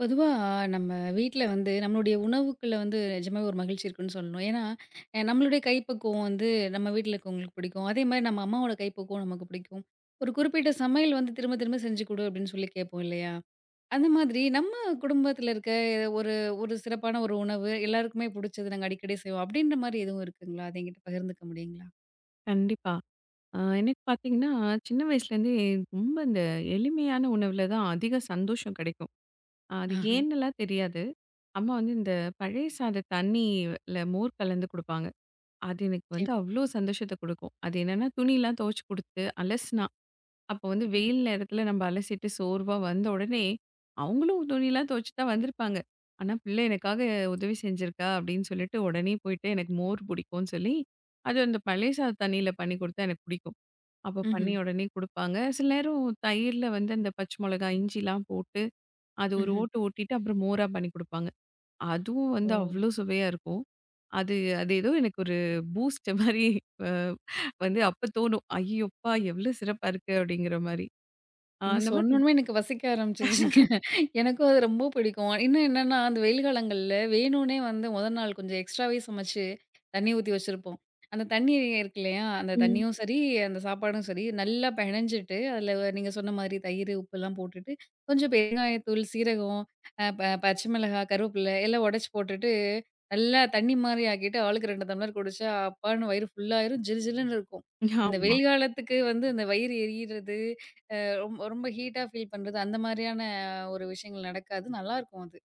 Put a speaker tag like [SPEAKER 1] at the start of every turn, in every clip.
[SPEAKER 1] பொதுவா நம்ம வீட்ல வந்து நம்மளுடைய உணவுக்குள்ள வந்து நிஜமாவே ஒரு மகிழ்ச்சி இருக்குன்னு சொல்லணும். ஏன்னா, நம்மளுடைய கைப்பக்குவம் வந்து நம்ம வீட்ல இருக்கவங்களுக்கு பிடிக்கும். அதேமாரி நம்ம அம்மாவோட கைப்பக்குவம் நமக்கு பிடிக்கும். ஒரு குறிப்பிட்ட சமையல் வந்து திரும்ப திரும்ப செஞ்சு குடு அப்படின்னு சொல்லி கேட்போம் இல்லையா? அந்த மாதிரி நம்ம குடும்பத்துல இருக்க ஒரு ஒரு சிறப்பான ஒரு உணவு எல்லாருக்குமே பிடிச்சது நாங்க அடிக்கடி செய்வோம். அப்படின்ற மாரி எதுவும் இருக்குங்களா? அத என்கிட்ட பகிர்ந்துக்க முடியுங்களா?
[SPEAKER 2] கண்டிப்பா. எனக்கு பார்த்தீங்கன்னா, சின்ன வயசுலேருந்தே ரொம்ப இந்த எளிமையான உணவுல தான் அதிக சந்தோஷம் கிடைக்கும். அது
[SPEAKER 1] ஆஹ.
[SPEAKER 2] ஏன்னெல்லாம் தெரியாது. அம்மா வந்து இந்த பழைய சாத தண்ணில மோர் கலந்து குடுப்பாங்க. அது எனக்கு
[SPEAKER 1] சரி.
[SPEAKER 2] வந்து அவ்ளோ சந்தோஷத்த குடுக்கும். அது என்னன்னா, துணிலாம் துவச்சு குடுத்து அலசுனா, அப்போ வந்து வெயில் நேரத்தில நம்ம அலசிட்டு சோர்வா வந்த உடனே, அவங்களும் துணிலாம் துவச்சு தான் வந்திருப்பாங்க. ஆனா, பிள்ளை எனக்காக உதவி செஞ்சிருக்கா அப்படின்னு சொல்லிட்டு, உடனே போயிட்டு எனக்கு மோர் பிடிக்கும்னு சொல்லி, அது அந்த பழைய சாத தண்ணியில பண்ணி குடுத்தா எனக்கு பிடிக்கும். அப்போ பண்ணி
[SPEAKER 1] ம்ஹ்ம்.
[SPEAKER 2] உடனே குடுப்பாங்க. சில நேரம் தயிர்ல வந்து அந்த பச்சை மிளகாய், இஞ்சிலாம் போட்டு, அது ஒரு
[SPEAKER 1] ம்ஹ்ம்.
[SPEAKER 2] ஓட்டு ஓட்டிட்டு அப்புறம் மோரா பண்ணி குடுப்பாங்க. அதுவும்
[SPEAKER 1] ஓ!
[SPEAKER 2] வந்து அவ்ளோ சுவையா இருக்கும். அது அது ஏதோ எனக்கு ஒரு பூஸ்ட் மாரி அ வந்து அப்ப தோணும். "ஐயயோ! அப்பா எவ்ளோ சிறப்பா இருக்கு" அப்படிங்கிற மாரி.
[SPEAKER 1] நீங்க
[SPEAKER 2] அந்த மாரி
[SPEAKER 1] சொன்னோனமே எனக்கு பசிக்க ஆரம்பிச்சிருச்சுங்க. எனக்கும் அது ரொம்ப பிடிக்கும். இன்னும் என்னன்னா, அந்த வெயில் காலங்கள்ல வேணும்னே வந்து முதல் நாள் கொஞ்சம் எக்ஸ்ட்ராவே சமைச்சு தண்ணி ஊத்தி வச்சிருப்போம். அந்த தண்ணி இருக்கு இல்லையா? அந்த
[SPEAKER 2] ம்.
[SPEAKER 1] தண்ணியும் சரி, அந்த சாப்பாடும் சரி நல்லா பெனஞ்சிட்டு, அதில நீங்க சொன்ன மாதிரி தயிர், உப்புலாம் போட்டுட்டு, கொஞ்சம் பெருங்காயத்தூள், சீரகம், அ ப பச்சை மிளகாய், கருவேப்பில எல்லாம் உடைச்சு போட்டுட்டு, நல்லா தண்ணி மாரி ஆக்கிட்டு ஆளுக்கு 2 டம்ளர் குடிச்சா, அப்பான்னு வயிறு ஃபுல்லாயிரும். ஜிலு ஜிலுன்னு இருக்கும். இந்த
[SPEAKER 2] ஆமா.
[SPEAKER 1] வெயில் காலத்துக்கு வந்து இந்த வயிறு எரியிறது ரொம்ப ரொம்ப ஹீட்டா ஃபீல் பண்றது, அந்த மாரியான ஒரு விஷயங்கள் நடக்காது. நல்லாருக்கும் அது.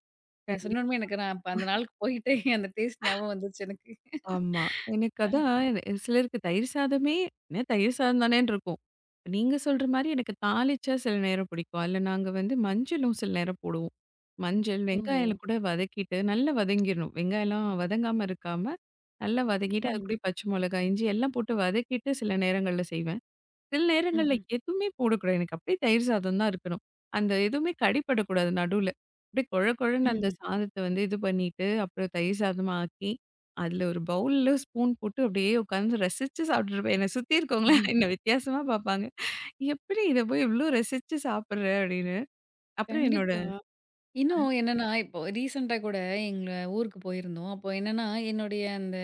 [SPEAKER 1] நீங்க
[SPEAKER 2] கண்டிப்பா.
[SPEAKER 1] சொன்னோனமே எனக்கு நான் அப்ப அந்த நாளுக்கு போயிட்டு அந்த டேஸ்ட் ஞாபகம் வந்துருச்சு எனக்கு.
[SPEAKER 2] ஆமா. எனக்கு
[SPEAKER 1] அ.
[SPEAKER 2] அதான் சிலருக்கு தயிர் சாதமே, என்ன தயிர் சாதம் தானேன்னு இருக்கும். நீங்க சொல்ற மாரி எனக்கு தாளிச்சா சில நேரம் பிடிக்கும். அதுல நாங்க வந்து மஞ்சளும் சில நேரம் போடுவோம். மஞ்சள்,
[SPEAKER 1] ஓஹோ!
[SPEAKER 2] வெங்காயம் எல்லாம் கூட வதக்கிட்டு நல்லா வதங்கிடணும். வெங்காயம்லாம் வதங்காம இருக்காம, நல்லா வதக்கிட்டு அது
[SPEAKER 1] ம்ஹ்ம்.
[SPEAKER 2] கூடயே பச்சை மிளகாய், இஞ்சி எல்லாம் போட்டு வதக்கிட்டு சில நேரங்கள்ல செய்வேன். சில நேரங்கள்ல
[SPEAKER 1] ம்ஹ்ம்.
[SPEAKER 2] எதுவுமே போடக்கூடாது. எனக்கு அப்படியே தயிர் சாதம் தான் இருக்கணும். அந்த எதுவுமே கடிப்படக்கூடாது நடுவுல. அப்படியே கொழ கொழன்னு அந்த
[SPEAKER 1] ம்ஹ்ம்.
[SPEAKER 2] சாதத்த வந்து இது பண்ணிட்டு, அப்புறம் தயிர் சாதமா ஆக்கி, அதுல ஒரு பவுல்ல ஸ்பூன் போட்டு அப்படியே உட்காந்து ரசிச்சு சாப்பிட்டுருப்பேன். என்னை சுத்தி இருக்கவங்கலாம்
[SPEAKER 1] ம்ஹ்ம்.
[SPEAKER 2] என்ன வித்தியாசமா பார்ப்பாங்க. "எப்படி இத போய் இவ்ளோ ரசிச்சு சாப்பிடுற?" அப்படின்னு. அப்புறம் என்னோட
[SPEAKER 1] கண்டிப்பா. இன்னும் என்னன்னா, இப்போ ரீசென்ட்டா கூட எங்க ஊருக்கு போயிருந்தோம். அப்போ என்னன்னா, என்னுடைய அந்த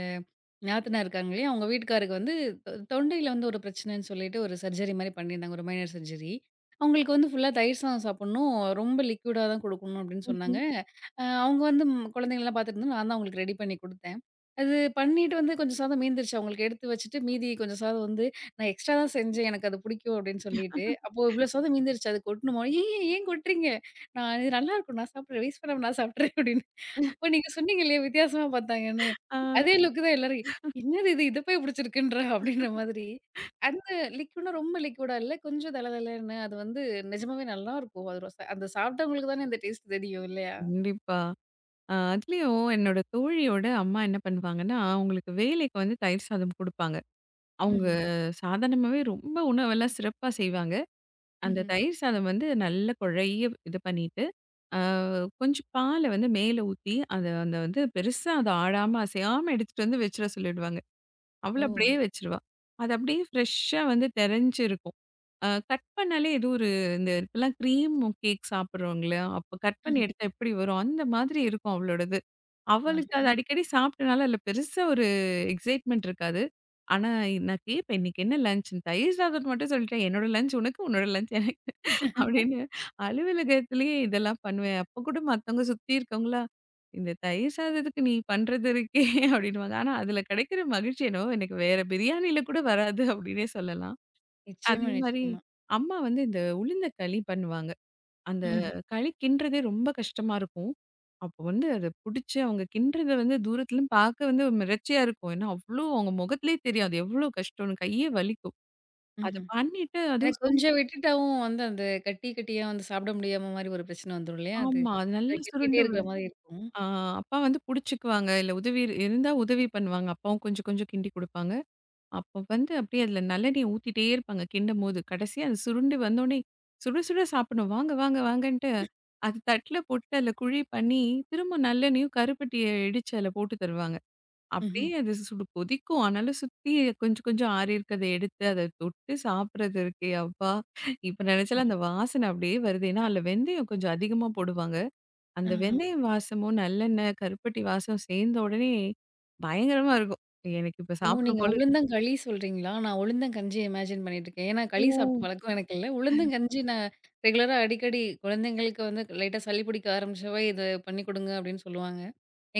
[SPEAKER 1] நாத்தனார் இருக்காங்கல்லையா, அவங்க வீட்டுக்காருக்கு வந்து தொண்டையில வந்து ஒரு பிரச்சனைன்னு சொல்லிட்டு ஒரு சர்ஜரி மாரி பண்ணியிருந்தாங்க. ஒரு மைனர் சர்ஜரி. அவங்களுக்கு வந்து ஃபுல்லா தயிர் சாதம் சாப்பிடணும். ரொம்ப லிக்விடா தான் குடுக்கணும் அப்டின்னு சொன்னாங்க.
[SPEAKER 2] ம்ஹ்ம்.
[SPEAKER 1] அவங்க வந்து ம் குழந்தைங்கலாம் பார்த்துட்டுருந்தோம். நான் தான் அவங்களுக்கு ரெடி பண்ணி குடுத்தேன். அது பண்ணிட்டு வந்து கொஞ்சம் சாதம் மீந்துருச்சு. அவங்களுக்கு எடுத்து வச்சுட்டு மீதி கொஞ்சம் சாதம் வந்து நான் எக்ஸ்ட்ரா தான் செஞ்சேன். எனக்கு அது பிடிக்கும் அப்டின்னு சொல்லிட்டு, அப்போ இவ்ளோ சாதம் மீந்துருச்சு அது கொட்டணுமா? "ஏன் ஏன் ஏன் கொட்டுறீங்க? நான் இது நல்லாருக்கும். நான் சாப்பிடுறேன். வேஸ்ட் பண்ணாம நான் சாப்பிடுறேன்" அப்டின்னு. அப்போ நீங்க சொன்னீங்க இல்லையா வித்தியாசமா பார்த்தாங்கன்னு.
[SPEAKER 2] ஆ
[SPEAKER 1] அதே லுக் தான் எல்லாரும் என்னது இது? இத போய் புடிச்சிருக்குன்றா அப்டின்ற மாதிரி. அந்த லிக்விட்னா ரொம்ப லிக்விடா இல்ல, கொஞ்சம் தள தளன்னு அது வந்து நிஜமாவே நல்லாருக்கும். அது ரோச அந்த சாப்பிட்டவங்களுக்கு தானே அந்த டேஸ்ட் தெரியும் இல்லையா?
[SPEAKER 2] கண்டிப்பா. அதுலயும் என்னோட தோழியோட அம்மா என்ன பண்ணுவாங்கன்னா, அவங்களுக்கு வேலைக்கு வந்து தயிர் சாதம் குடுப்பாங்க. அவங்க
[SPEAKER 1] ம்ஹ்ம்,
[SPEAKER 2] சாதாரணமாவே ரொம்ப உணவெல்லாம் சிறப்பா செய்வாங்க. அந்த
[SPEAKER 1] ம்ஹ்ம்.
[SPEAKER 2] தயிர் சாதம் வந்து நல்ல குழைய இது பண்ணிட்டு, அ கொஞ்சம் பால வந்து மேல ஊத்தி, அத அந்த வந்து பெருசா அத ஆடாம, அசையாம எடுத்துட்டு வந்து வச்சுட சொல்லிடுவாங்க. அவள
[SPEAKER 1] ஓ!
[SPEAKER 2] அப்படியே வச்சுருவா. அது அப்படியே ஃப்ரெஷ்ஷா வந்து தெரஞ்சு இருக்கும். கட் பண்ணாலே ஏதோ ஒரு இந்த இப்பலாம் கிரீம் கேக் சாப்பிடுறோம்ல, அப்ப கட் பண்ணி
[SPEAKER 1] ம்ஹ்ம்.
[SPEAKER 2] எடுத்தா எப்படி வரும்? அந்த மாதிரி இருக்கும் அவளோடது. அவளுக்கு
[SPEAKER 1] ஆஹா.
[SPEAKER 2] அது அடிக்கடி சாப்பிட்டனால அதில பெருசா ஒரு எக்ஸைட்மெண்ட் இருக்காது. ஆனா நான் கேட்பேன், "இன்னைக்கு என்ன லஞ்ச்?" தயிர் சாதம்ன்னு மட்டும் சொல்லிட்டேன். "என்னோட லஞ்ச் உனக்கு, உன்னோட லஞ்ச் அப்படின்னு அலுவலகத்திலேயே இதெல்லாம் பண்ணுவேன். அப்ப கூட மத்தவங்க சுத்தி இருக்கவங்கலாம், "இந்த தயிர் சாதத்துக்கு நீ பண்றது இருக்கே" அப்படின்னுவாங்க. ஆனா அதுல கிடைக்கிற மகிழ்ச்சி என்னவோ எனக்கு வேற பிரியாணில கூட வராது அப்படின்னே சொல்லலாம்.
[SPEAKER 1] நிச்சயமா,
[SPEAKER 2] அதே மாரி
[SPEAKER 1] நிச்சயமா.
[SPEAKER 2] அம்மா வந்து இந்த உளுந்த களி பண்ணுவாங்க. அந்த
[SPEAKER 1] ம்ஹ்ம்,
[SPEAKER 2] களி கிண்டுறதே ரொம்ப கஷ்டமா இருக்கும். அப்போ வந்து அத புடிச்சு அவங்க கிண்டுறத வந்து தூரத்துல இருந்து பார்க்க வந்து மிரட்சியா இருக்கும். ஏன்னா அவ்ளோ அவங்க முகத்திலேயே தெரியும். அது எவ்ளோ கஷ்டம்னு கையே வலிக்கும். அத
[SPEAKER 1] ம்ஹ்ம்.
[SPEAKER 2] பண்ணிட்டு அதுவும்
[SPEAKER 1] எனக்கு கொஞ்சம் விட்டுட்டாவும் வந்து அந்த கட்டி கட்டியா வந்து சாப்பிட முடியாம மாரி ஒரு பிரச்சனை வந்துரும் இல்லையா அது?
[SPEAKER 2] ஆமா. அது
[SPEAKER 1] அத
[SPEAKER 2] நல்லா
[SPEAKER 1] கட்டிட்டே
[SPEAKER 2] சுருண்டு
[SPEAKER 1] இருக்கிற மாரி இருக்கும்.
[SPEAKER 2] ஆ, அப்பா வந்து புடிச்சுக்குவாங்க. இல்ல உதவி இருந்தா உதவி பண்ணுவாங்க. அப்பாவும் கொஞ்சம் கொஞ்சம் கிண்டி குடுப்பாங்க. அப்போ வந்து அப்படியே அதில நல்லெண்ணெய ஊத்திட்டே இருப்பாங்க கிண்டும்போது. கடைசியா அது சுருண்டு வந்தோனே, சுட சுட சாப்பிடணும். வாங்க வாங்க வாங்கன்ட்டு அது தட்ல போட்டு அதில குழி பண்ணி, திரும்ப நல்லெண்ணெயும் கருப்பட்டிய இடிச்சு அதில போட்டு தருவாங்க. அப்படியே
[SPEAKER 1] ம்ஹ்ம்.
[SPEAKER 2] அது சுடு கொதிக்கும். ஆனாலும் சுத்தி கொஞ்சம் கொஞ்சம் ஆறியிருக்கிறத எடுத்து அத தொட்டு சாப்பிடுறது இருக்கே அப்பா! இப்ப
[SPEAKER 1] ம்.
[SPEAKER 2] நெனச்சாலும் அந்த வாசனை அப்படியே வருது. ஏன்னா அதில வெந்தயம் கொஞ்சம் அதிகமா போடுவாங்க. அந்த
[SPEAKER 1] ஆஹ.
[SPEAKER 2] வெந்தயம் வாசமும், நல்லெண்ணெய், கருப்பட்டி வாசம் சேர்ந்த உடனே பயங்கரமா இருக்கும். எனக்கு இப்ப
[SPEAKER 1] ஓ!
[SPEAKER 2] சாப்பிடணும்
[SPEAKER 1] நீங்க
[SPEAKER 2] போல
[SPEAKER 1] உளுந்தங்களி சொல்றீங்களா? நான் உளுந்தங்கஞ்சிய இமேஜின் பண்ணிட்டுருக்கேன். ஏன்னா களி
[SPEAKER 2] இருக்கும்.
[SPEAKER 1] சாப்பிட்ட பழக்கம் எனக்கு இல்ல. உளுந்தங்கஞ்சி நான் ரெகுலரா அடிக்கடி குழந்தைங்களுக்கு வந்து லைட்டா சளி பிடிக்க ஆரம்பிச்சவே இத பண்ணி கொடுங்க அப்படின்னு சொல்லுவாங்க.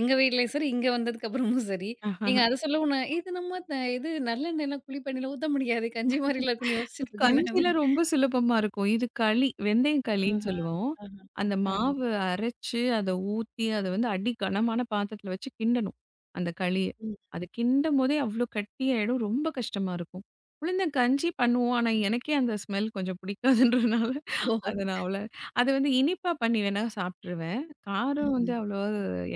[SPEAKER 1] எங்க வீட்லயும் சரி, இங்க வந்ததுக்கு அப்புறமும் சரி. நீங்க அத சொல்லவும் நான் இது நம்ம த இது நல்லெண்ணெய்லாம் குழி தண்ணில ஊத்த முடியாதே! கஞ்சி மாரிலாம் இருக்குன்னு யோசிச்சுட்டு இருக்கேன் நானு.
[SPEAKER 2] கஞ்சில ரொம்ப சுலபமா இருக்கும். இது களி, வெந்தயம் களின்னு
[SPEAKER 1] ஆஹா,
[SPEAKER 2] சொல்லுவோம்.
[SPEAKER 1] ஆஹா,
[SPEAKER 2] அந்த
[SPEAKER 1] ஆஹா.
[SPEAKER 2] மாவு அரைச்சு, அத ஊத்தி, அத வந்து அடி கனமான பாத்திரத்துல வச்சு கிண்டணும். அந்த களிய.
[SPEAKER 1] ம்.
[SPEAKER 2] அது கிண்டும்போதே அவ்ளோ கட்டியாயிடும். ரொம்ப கஷ்டமா இருக்கும். உளுந்த கஞ்சி பண்ணுவோம். ஆனா, எனக்கே அந்த ஸ்மெல் கொஞ்சம் பிடிக்காதுன்றனால,
[SPEAKER 1] ஓஹோ!
[SPEAKER 2] அத நான் அது வந்து இனிப்பா பண்ணி வேணா சாப்ட்டுருவேன். காரம் வந்து
[SPEAKER 1] ம்ஹ்ம்.
[SPEAKER 2] அவ்வளவா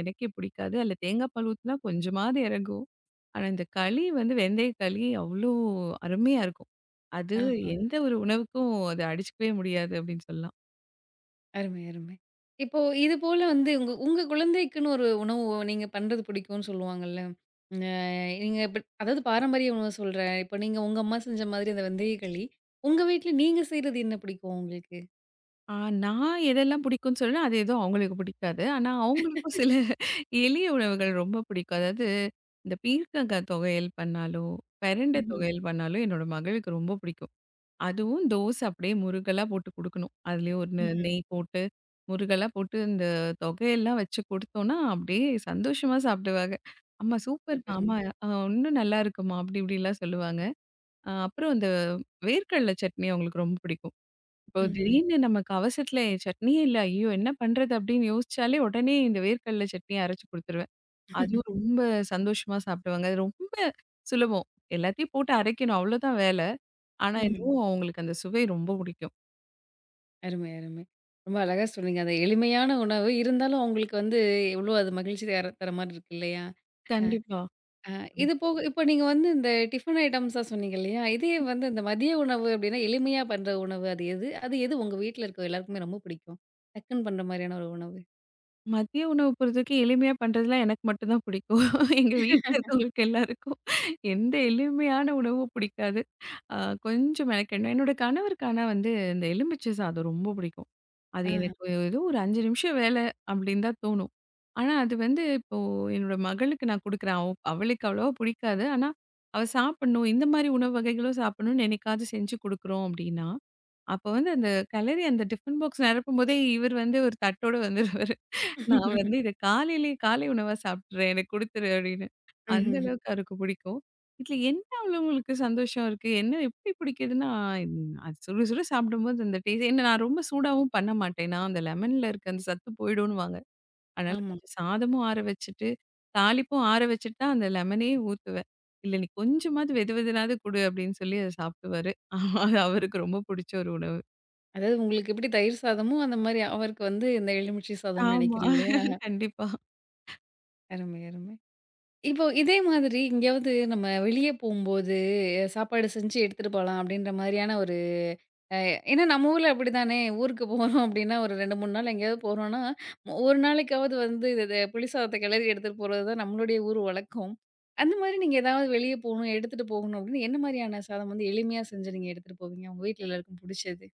[SPEAKER 2] எனக்கே பிடிக்காது. அதுல தேங்காய் பால் ஊத்துனா கொஞ்சமாவது இறங்கும். ஆனா, இந்த களி வந்து வெந்தய களி அவ்ளோ அருமையா இருக்கும். அது
[SPEAKER 1] ஆ.
[SPEAKER 2] எந்த ஒரு உணவுக்கும் அது அடிச்சுக்கவே முடியாது அப்படின்னு சொல்லலாம்.
[SPEAKER 1] அருமை, அருமை. இப்போ இது போல வந்து உங்க உங்க குழந்தைக்குன்னு ஒரு உணவு நீங்க பண்றது பிடிக்கும்னு சொல்லுவாங்கல்ல. அ நீங்க இப்ப அதாவது பாரம்பரிய உணவு சொல்றேன். இப்ப நீங்க உங்க அம்மா செஞ்ச மாதிரி அந்த வெந்தய களி. உங்க வீட்ல நீங்க செய்றது என்ன பிடிக்கும் உங்களுக்கு?
[SPEAKER 2] ஆ நான் எதெல்லாம் பிடிக்கும்னு சொல்றேனோ, அது எதுவும் அவங்களுக்கு பிடிக்காது. ஆனா, அவங்களுக்கும் சில எளிய உணவுகள் ரொம்ப பிடிக்கும். அதாவது இந்த பீர்க்கங்கா தொவையல் பண்ணாலோ, பெரண்ட
[SPEAKER 1] ம்ஹ்ம்.
[SPEAKER 2] தொவையல் பண்ணாலோ என்னோட மகளுக்கு ரொம்ப பிடிக்கும். அதுவும் தோசை அப்படியே முறுகலா போட்டு குடுக்கணும். அதுலயும் ஒண்ணு
[SPEAKER 1] ம்ஹ்ம்.
[SPEAKER 2] நெய் போட்டு, முறுகலா போட்டு இந்த தொகையெல்லாம் வச்சு குடுத்தோம்னா, அப்படியே சந்தோஷமா சாப்பிடுவாங்க. "அம்மா சூப்பர்மா!
[SPEAKER 1] சூப்பருங்க.
[SPEAKER 2] அம்மா அ இன்னும் நல்லா இருக்குமா?" அப்படி இப்படிலாம் சொல்லுவாங்க. அப்புறம் இந்த வேர்க்கடல சட்னி அவங்களுக்கு ரொம்ப பிடிக்கும். இப்போ
[SPEAKER 1] ம்ஹ்ம்.
[SPEAKER 2] திடீர்னு நமக்கு அவசரத்துல சட்னியே இல்ல, ஐயோ! என்ன பண்றது அப்படின்னு யோசிச்சாலே உடனே இந்த வேர்க்கடல சட்னி அரைச்சு குடுத்துருவேன். அதுவும் ரொம்ப சந்தோஷமா சாப்பிடுவாங்க. அது ரொம்ப சுலபம். எல்லாத்தையும் போட்டு அரைக்கணும் அவ்வளோதான் வேல. ஆனா,
[SPEAKER 1] ம்ஹ்ம்.
[SPEAKER 2] இன்னும் அவங்களுக்கு அந்த சுவை ரொம்ப பிடிக்கும்.
[SPEAKER 1] அருமை, அருமை. ரொம்ப அழகா சொன்னீங்க. அந்த எளிமையான உணவு இருந்தாலும் அவங்களுக்கு வந்து எவ்வளோ அது மகிழ்ச்சி தர தர மாரி இருக்கு இல்லையா?
[SPEAKER 2] கண்டிப்பா.
[SPEAKER 1] அ
[SPEAKER 2] ம்.
[SPEAKER 1] இது போக இப்ப நீங்க வந்து இந்த டிஃபன் ஐட்டம்ஸா சொன்னீங்க இல்லையா? இதே வந்து இந்த மதிய உணவு அப்டின்னா, எளிமையா பண்ற உணவு அது எது? அது எது உங்க வீட்ல இருக்க எல்லாருக்குமே ரொம்ப பிடிக்கும்? டக்குன்னு பண்ற மாரியான ஒரு உணவு.
[SPEAKER 2] மதிய உணவு பொறுத்தவரைக்கும் எளிமையா பண்றதுலாம் எனக்கு மட்டும் தான் பிடிக்கும். எங்க வீட்ல இருக்கவங்களுக்கு எல்லாருக்கும் எந்த எளிமையான உணவும் பிடிக்காது. அ கொஞ்சம் மெனக்கெடணும். என்னோட கணவருக்கு ஆனா வந்து இந்த எலுமிச்சை சாதம் ரொம்ப பிடிக்கும். அது
[SPEAKER 1] ஆஹ.
[SPEAKER 2] எனக்கு ஏதோ ஒரு 5 நிமிஷம் வேலை அப்படின்னு தான் தோணும். ஆனா அது வந்து இப்போ என்னோட மகளுக்கு நான் குடுக்குறேன். அவளுக்கு அவ்வளவா பிடிக்காது. ஆனா அவ சாப்பிடணும். இந்த மாதிரி உணவு வகைகளும் சாப்பிடணும்னு என்னைக்காவது செஞ்சு குடுக்குறோம் அப்படின்னா, அப்ப வந்து அந்த கலரி அந்த டிஃபன் பாக்ஸ் நிரப்பும்போதே இவர் வந்து ஒரு தட்டோட வந்துருவாரு. நான் வந்து இத காலையிலேயே காலை உணவா சாப்பிட்டுறேன். எனக்கு குடுத்துரு அப்படின்னு. அந்த
[SPEAKER 1] ம்ஹ்ஹ்ம்.
[SPEAKER 2] அளவுக்கு அவருக்கு பிடிக்கும். இதுல என்ன அவ்வளோ உங்களுக்கு சந்தோஷம் இருக்கு? என்ன எப்படி பிடிக்குதுன்னா, அது சுட சுட சாப்பிடும்போது அந்த டேஸ்ட் ஏன்னா நான் ரொம்ப சூடாவும் பண்ண மாட்டேன். நான் அந்த லெமன்ல இருக்க அந்த சத்து போயிடுன்னுவாங்க. அதனால
[SPEAKER 1] ஆமா.
[SPEAKER 2] கொஞ்சம் சாதமும் ஆற வச்சுட்டு, தாளிப்பும் ஆற வச்சுட்டு தான் அந்த லெமனே ஊத்துவேன். இல்ல நீ கொஞ்சமாவது வெது வெதுனாவது குடு அப்படின்னு சொல்லி அத சாப்பிடுவாரு. அது அவருக்கு ரொம்ப பிடிச்ச ஒரு உணவு.
[SPEAKER 1] அதாவது உங்களுக்கு எப்படி தயிர் சாதமோ, அந்த மாரி அவருக்கு வந்து இந்த எலுமிச்சை சாதம்னு
[SPEAKER 2] ஆமா.
[SPEAKER 1] நெனைக்கிறேன் இல்லையா?
[SPEAKER 2] கண்டிப்பா.
[SPEAKER 1] அருமை, அருமை. இப்போ இதே மாதிரி எங்கேயாவது நம்ம வெளிய போம்போது, சாப்பாடு செஞ்சு எடுத்துட்டு போலாம் அப்படின்ற மாரியான ஒரு அ ஏன்னா நம்ம ஊர்ல அப்படிதானே. ஊருக்கு போறோம் அப்படின்னா, ஒரு 2, 3 நாள் எங்கேயாவது போறோம்னா, ஒரு நாளைக்காவது வந்து இது இது புளி சாதத்த கிளறி எடுத்துட்டு போறது தான் நம்மளுடைய ஊர் வழக்கம். அந்த மாரி நீங்க ஏதாவது வெளிய போகணும், எடுத்துட்டு போகணும் அப்படின்னு என்ன மாரியான சாதம் வந்து எளிமையா செஞ்சு நீங்க எடுத்துட்டு போவீங்க? உங்க வீட்ல எல்லாருக்கும் புடிச்சது?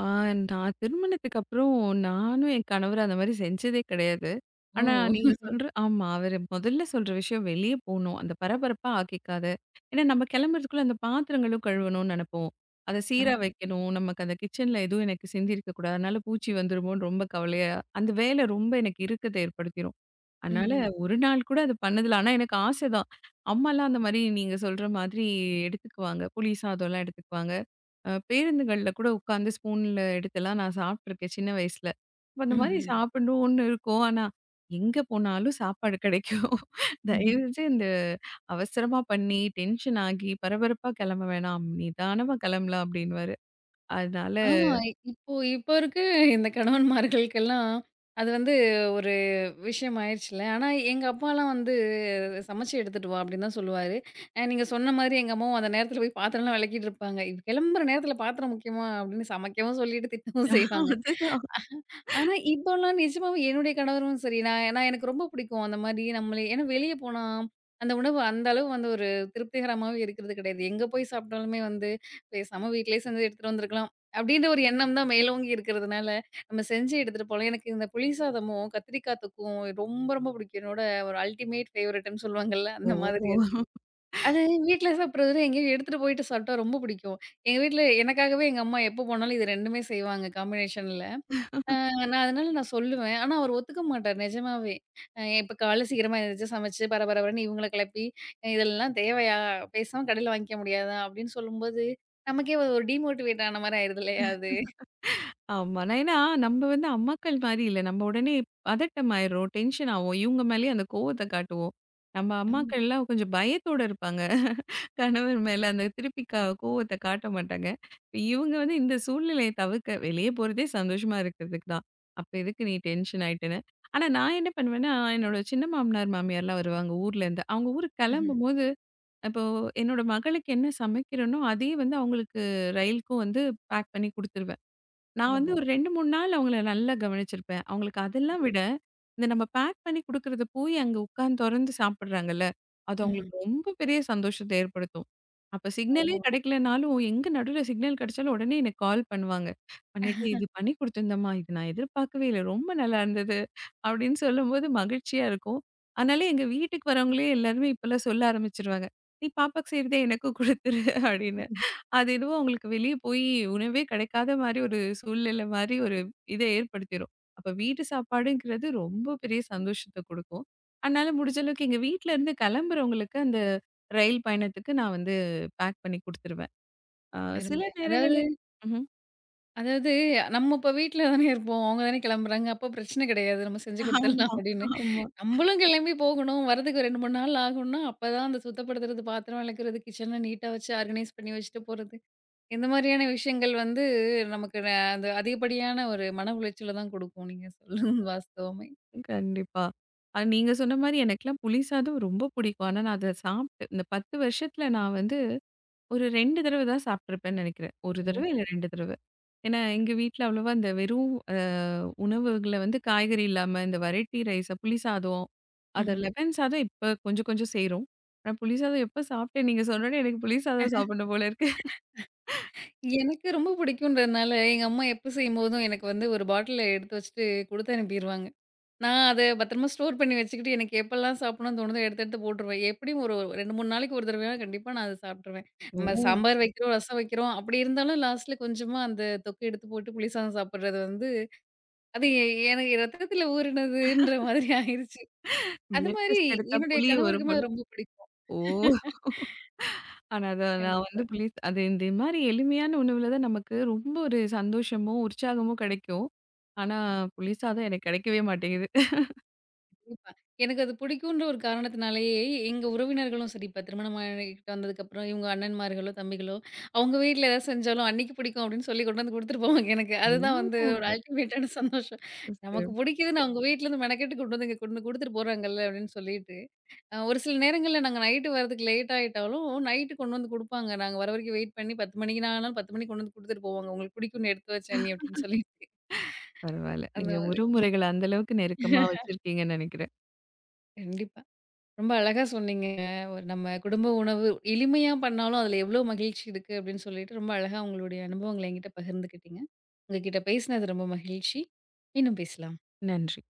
[SPEAKER 2] ஆ நான் திருமணத்துக்கு அப்புறம் நானும் என் கணவர் அந்த மாரி செஞ்சதே கிடையாது. ஆனா ம்.
[SPEAKER 1] ஓ!
[SPEAKER 2] நீங்க சொல்ற ஆமா. அவரு முதல்ல சொல்ற விஷயம் வெளிய போணும். அந்த பரபரப்பா ஆக்கிக்காத. ஏன்னா நம்ம கிளம்புறதுக்குள்ள அந்த பாத்திரங்களும் கழுவணும்னு நெனப்போம். அத சீரா ம்.
[SPEAKER 1] ஆமா.
[SPEAKER 2] வைக்கணும். நமக்கு அந்த கிச்சன்ல எதுவும் எனக்கு சிந்திருக்க கூடாது. அதனால பூச்சி வந்துருமோன்னு ரொம்ப கவலையா அந்த வேலை ரொம்ப எனக்கு இறுக்கத்த ஏற்படுத்திரும். அதனால
[SPEAKER 1] ம்ஹ்ம்.
[SPEAKER 2] ம். ஒரு நாள் கூட அது பண்ணதில்ல. ஆனா எனக்கு ஆசை தான். அம்மாலாம் அந்த மாரி நீங்க சொல்ற மாதிரி எடுத்துக்குவாங்க. புளி சாதம்லாம் எடுத்துக்குவாங்க. பேருந்துகள்ல கூட உட்காந்து ஸ்பூன்ல எடுத்துலாம் நான் சாப்பிட்டுருக்கேன் சின்ன வயசுல. அப்ப அந்த மாரி ம்ஹ்ம்.
[SPEAKER 1] ம்ஹ்ம்.
[SPEAKER 2] சாப்பிடணும்னு இருக்கும். ஆனா, எங்க போனாலும் சாப்பாடு கிடைக்கும்.
[SPEAKER 1] ம்ஹ்ம்.
[SPEAKER 2] தயவுசெய்து அவசரமா பண்ணி, டென்ஷன் ஆகி, பரபரப்பா கிளம்ப வேணாம். நிதானமா கிளம்பலாம் அப்டின்னுவாரு. அதனால
[SPEAKER 1] ஆமா. இப்போ இப்போ இருக்க இந்த கணவன்மார்களுக்கெல்லாம் அது வந்து ஒரு விஷயம் ஆயிருச்சுல்ல. ஆனா எங்க அப்பாலாம் வந்து "சமைச்சு எடுத்துட்டு வா" அப்படின்னு தான் சொல்லுவாரு. நீங்க சொன்ன மாதிரி எங்க அம்மாவும் அந்த நேரத்துல போய் பாத்திரம்லாம் வெளக்கிட்டு இருப்பாங்க. "இது கெளம்புற நேரத்துல பாத்திரம் முக்கியமா?" அப்படின்னு சமைக்கவும் சொல்லிட்டு திட்டவும் செய்வாங்க.
[SPEAKER 2] அதுதான்.
[SPEAKER 1] ஆனா, இப்போலாம் நிஜமாவே என்னுடைய கணவரும் சரி, நான் நான் எனக்கு ரொம்ப பிடிக்கும். அந்த மாரி நம்மளே ஏன்னா வெளிய போனா, அந்த உணவு அந்த அளவு வந்து ஒரு திருப்திகரமாவே இருக்கிறது கிடையாது. எங்க போய் சாப்பிட்டாலுமே வந்து, பேசாம வீட்லயே செஞ்சு எடுத்துட்டு வந்திருக்கலாம். அப்டின்ற ஒரு எண்ணம் தான் மேலோங்கி இருக்கிறதுனால, நம்ம செஞ்சு எடுத்துட்டு போலாம். எனக்கு இந்த புளி சாதமும், கத்திரிக்காய் தொக்கும் ரொம்ப ரொம்ப பிடிக்கும். என்னோட ஒரு அல்டிமேட் ஃபேவரைட்ன்னு சொல்லுவாங்கல்ல, அந்த மாதிரி அது.
[SPEAKER 2] ஓ!
[SPEAKER 1] அது வீட்ல சாப்பிடுறத விட எங்கேயோ எடுத்துட்டு போயிட்டு சாப்பிட்டா ரொம்ப பிடிக்கும். எங்க வீட்ல எனக்காகவே எங்க அம்மா எப்போ போனாலும் இது 2மே செய்வாங்க காம்பினேஷன்ல. நான் அதனால சொல்லுவேன். ஆனா அவரு ஒத்துக்க மாட்டாரு நிஜமாவே. இப்ப காலைல சீக்கிரமா எந்திரிச்சு சமைச்சு பரபரன்னு இவங்கள கிளப்பி, "இதெல்லாம் தேவையா? பேசாம கடையில வாங்கிக்க முடியாதா?" அப்படின்னு சொல்லும்போது, நமக்கே ஒரு டிமோட்டிவேட் ஆன மாரி ஆயிருது இல்லையா அது?
[SPEAKER 2] ஆமா. நான் ஏன்னா நம்ம வந்து அம்மாக்கள் மாரி இல்ல. நம்ம உடனே பதட்டம் ஆயிடுறோம், டென்ஷன் ஆவோம். இவங்க மேலயே அந்த கோவத்த காட்டுவோம். நம்ம
[SPEAKER 1] ஆமா.
[SPEAKER 2] அம்மாக்கள்லாம் கொஞ்சம் பயத்தோட இருப்பாங்க. கணவர் மேல அந்த திருப்பி கோவத்த காட்ட மாட்டாங்க. இப்ப இவங்க வந்து இந்த சூழ்நிலைய தவிர்க்க வெளிய போறதே சந்தோஷமா இருக்கிறதுக்கு தான். அப்ப எதுக்கு நீ டென்ஷன் ஆயிட்டுன்னு. ஆனா நான் என்ன பண்ணுவேன்னா, என்னோட சின்ன மாமனார், மாமியார்லாம் வருவாங்க ஊர்லேருந்து. அவங்க ஊருக்கு
[SPEAKER 1] ம்ஹ்ம்.
[SPEAKER 2] கிளம்பும்போது, இப்போ என்னோட மகளுக்கு என்ன சமைக்கிறேனோ, அதே வந்து அவங்களுக்கு ரயிலுக்கும் வந்து பேக் பண்ணி குடுத்துருவேன். நான் வந்து
[SPEAKER 1] ஓஹோ!
[SPEAKER 2] ஒரு 2, 3 நாள் அவங்கள நல்லா கவனிச்சிருப்பேன். அவங்களுக்கு அதெல்லாம்
[SPEAKER 1] ம்ஹ்ம்.
[SPEAKER 2] விட, இந்த நம்ம பேக் பண்ணி குடுக்குறத போய் அங்க உட்கார்ந்து தொறந்து சாப்பிடுறாங்கல்ல, அது
[SPEAKER 1] ம்ஹ்ம்.
[SPEAKER 2] அவங்களுக்கு ரொம்ப பெரிய சந்தோஷத்த ஏற்படுத்தும். அப்ப சிக்னலே
[SPEAKER 1] ஓ!
[SPEAKER 2] கிடைக்கலனாலும், எங்க நடுவுல சிக்னல் கிடைச்சாலும் உடனே எனக்கு கால் பண்ணுவாங்க. பண்ணிட்டு, "இது பண்ணி குடுத்துருந்தேம்மா. இது நான் எதிர்பார்க்கவே இல்ல. ரொம்ப நல்லா இருந்தது." அப்படின்னு சொல்லும்போது மகிழ்ச்சியா இருக்கும். அதனால எங்க வீட்டுக்கு வரவங்களே எல்லாருமே இப்பல்லாம் சொல்ல ஆரம்பிச்சுருவாங்க. "நீ பாப்பாக்கு செய்றதே எனக்கும் குடுத்துரு" அப்படின்னு. அது எதுவும் அவங்களுக்கு வெளிய போய் உணவே கிடைக்காத மாரி ஒரு சூழ்நிலை மாரி ஒரு இத ஏற்படுத்திரும். அப்ப வீட்டு சாப்பாடுங்கிறது ரொம்ப பெரிய சந்தோஷத்த குடுக்கும். அதனால முடிஞ்ச அளவுக்கு எங்க வீட்ல இருந்து கிளம்புறவங்களுக்கு அந்த ரயில் பயணத்துக்கு நான் வந்து பேக் பண்ணி குடுத்துருவேன். அ சில
[SPEAKER 1] அருமை. அதாவது
[SPEAKER 2] நேரங்கள்ல ம்ஹ்ம்.
[SPEAKER 1] அதாவது நம்ம இப்ப வீட்ல தானே இருப்போம். அவங்க தானே கிளம்புறாங்க. அப்போ பிரச்சனை கிடையாது. நம்ம செஞ்சு குடுத்துடலாம்
[SPEAKER 2] ஆமா,
[SPEAKER 1] அப்படின்னு.
[SPEAKER 2] ஆமா.
[SPEAKER 1] நம்மளும் கிளம்பி போகணும். வரதுக்கு 2, 3 நாள் ஆகும்னா, அப்பதான் அந்த சுத்தப்படுத்துறது, பாத்திரம் விளக்குறது, கிச்சன நீட்டா வச்சு ஆர்கனைஸ் பண்ணி வச்சுட்டு போறது. இந்த மாதிரியான விஷயங்கள் வந்து நமக்கு ந அந்த அதிகப்படியான ஒரு மன உளைச்சல தான் குடுக்கும். நீங்க சொல்றது வாஸ்தவமே.
[SPEAKER 2] கண்டிப்பா. நீங்க சொன்ன மாரி எனக்கெல்லாம் புளி சாதம் ரொம்ப பிடிக்கும். ஆனா நான் அத சாப்ட்டு இந்த 10 வருஷத்துல நான் வந்து ஒரு 2 தடவ தான் சாப்பிட்டுருப்பேன்னு நெனைக்கிறேன். 1 தடவ
[SPEAKER 1] ஓ!
[SPEAKER 2] இல்ல 2 தடவ. ஏன்னா, எங்க வீட்ல அவ்வளவா இந்த வெறும் உணவுகள வந்து காய்கறி இல்லாம இந்த வெரைட்டி ரைஸா புளி சாதம், அது
[SPEAKER 1] ம்ஹ்ம்.
[SPEAKER 2] லெமன் சாதம் இப்ப கொஞ்சம் கொஞ்சம் செய்றோம். ஆனா புளி சாதம் எப்ப சாப்பிட்டேன் நீங்க சொன்னோனே எனக்கு புளி சாதம் சாப்பிடணும் போல இருக்கு.
[SPEAKER 1] எனக்கு ரொம்ப பிடிக்கும்ன்றதுனால, எங்க அம்மா எப்ப செய்யும்போதும் எனக்கு வந்து ஒரு பாட்டில்ல எடுத்து வச்சுட்டு குடுத்து அனுப்பிருவாங்க. நான் அத பத்திரமா ஸ்டோர் பண்ணி வச்சுக்கிட்டு, எனக்கு எப்பலாம் சாப்பிடணும்னு தோணுதோ எடுத்து எடுத்து போட்டுருவேன். எப்படியும் ஒரு 2, 3 நாளைக்கு ஒரு தடவையா கண்டிப்பா நான் அத சாப்பிட்டுருவேன். நம்ம
[SPEAKER 2] ஓ!
[SPEAKER 1] சாம்பார் வைக்கிறோம், ரசம் வைக்கிறோம், அப்படி இருந்தாலும் லாஸ்ட்ல கொஞ்சமா அந்த தொக்கு எடுத்து போட்டு புளிசாதம் சாப்பிடுறது வந்து, அது எ எனக்கு ரத்தத்தில ஊறினதுன்ற மாதிரி ஆயிருச்சு. அது
[SPEAKER 2] பிளட்
[SPEAKER 1] மாரி
[SPEAKER 2] டெஸ்ட் எடுத்தா
[SPEAKER 1] என்னுடைய
[SPEAKER 2] புளி வரும்
[SPEAKER 1] கணவருக்குமே
[SPEAKER 2] போல.
[SPEAKER 1] அது ரொம்ப பிடிக்கும்.
[SPEAKER 2] ஓ! ஆனா அத நான்
[SPEAKER 1] கண்டிப்பா,
[SPEAKER 2] வந்து புளி அது இந்த மாரி எளிமையான உணவுல தான் நமக்கு ரொம்ப ஒரு சந்தோஷமும், உற்சாகமும் கெடைக்கும். ஆனா புளி சாதம் எனக்கு கெடைக்கவே மாட்டேங்குது.
[SPEAKER 1] கண்டிப்பா. எனக்கு அது பிடிக்குன்ற ஒரு காரணத்தினாலேயே, எங்க உறவினர்களும் சரி, இப்ப திருமணம் ஆகிட்டு வந்ததுக்கப்புறம் இவங்க அண்ணன்மார்களோ, தம்பிகளோ, அவங்க வீட்ல ஏதாவது செஞ்சாலும் அன்னைக்கு பிடிக்கும் அப்படின்னு சொல்லி கொண்டு வந்து குடுத்துட்டு போவாங்க எனக்கு. அதுதான் வந்து ஒரு அல்டிமேட்டான சந்தோஷம்.
[SPEAKER 2] ஓ!
[SPEAKER 1] நமக்கு பிடிக்குதுன்னு அவங்க வீட்லேருந்து மெனக்கெட்டு கொண்டு வந்து இங்க கொண்டு குடுத்துட்டு போறாங்கல்ல அப்படின்னு சொல்லிட்டு, ஒரு சில நேரங்கள்ல நாங்க நைட்டு வரதுக்கு லேட் ஆயிட்டாலும், நைட்டு கொண்டு வந்து குடுப்பாங்க. நாங்க வர வரைக்கும் வெயிட் பண்ணி 10 மணிக்குனா ஆனாலும் 10 மணிக்கு கொண்டு வந்து குடுத்துட்டு போவாங்க. உங்களுக்கு பிடிக்கும்னு எடுத்து வச்சேன் அண்ணி அப்படின்னு சொல்லிட்டு.
[SPEAKER 2] பரவால்ல.
[SPEAKER 1] அந்த
[SPEAKER 2] நீங்க
[SPEAKER 1] மாதிரி.
[SPEAKER 2] உறவுமுறைகள அந்த அளவுக்கு நெருக்கமா வச்சிருக்கீங்கன்னு நெனைக்கிறேன்.
[SPEAKER 1] கண்டிப்பா. ரொம்ப அழகா சொன்னீங்க. ஒரு நம்ம குடும்ப உணவு எளிமையா பண்ணாலும் அதில எவ்ளோ மகிழ்ச்சி இருக்கு அப்படின்னு சொல்லிட்டு ரொம்ப அழகா உங்களுடைய அனுபவங்கள என்கிட்ட பகிர்ந்துக்கிட்டீங்க. உங்க கிட்ட பேசினது ரொம்ப மகிழ்ச்சி. மீண்டும் பேசலாம்.
[SPEAKER 2] நன்றி.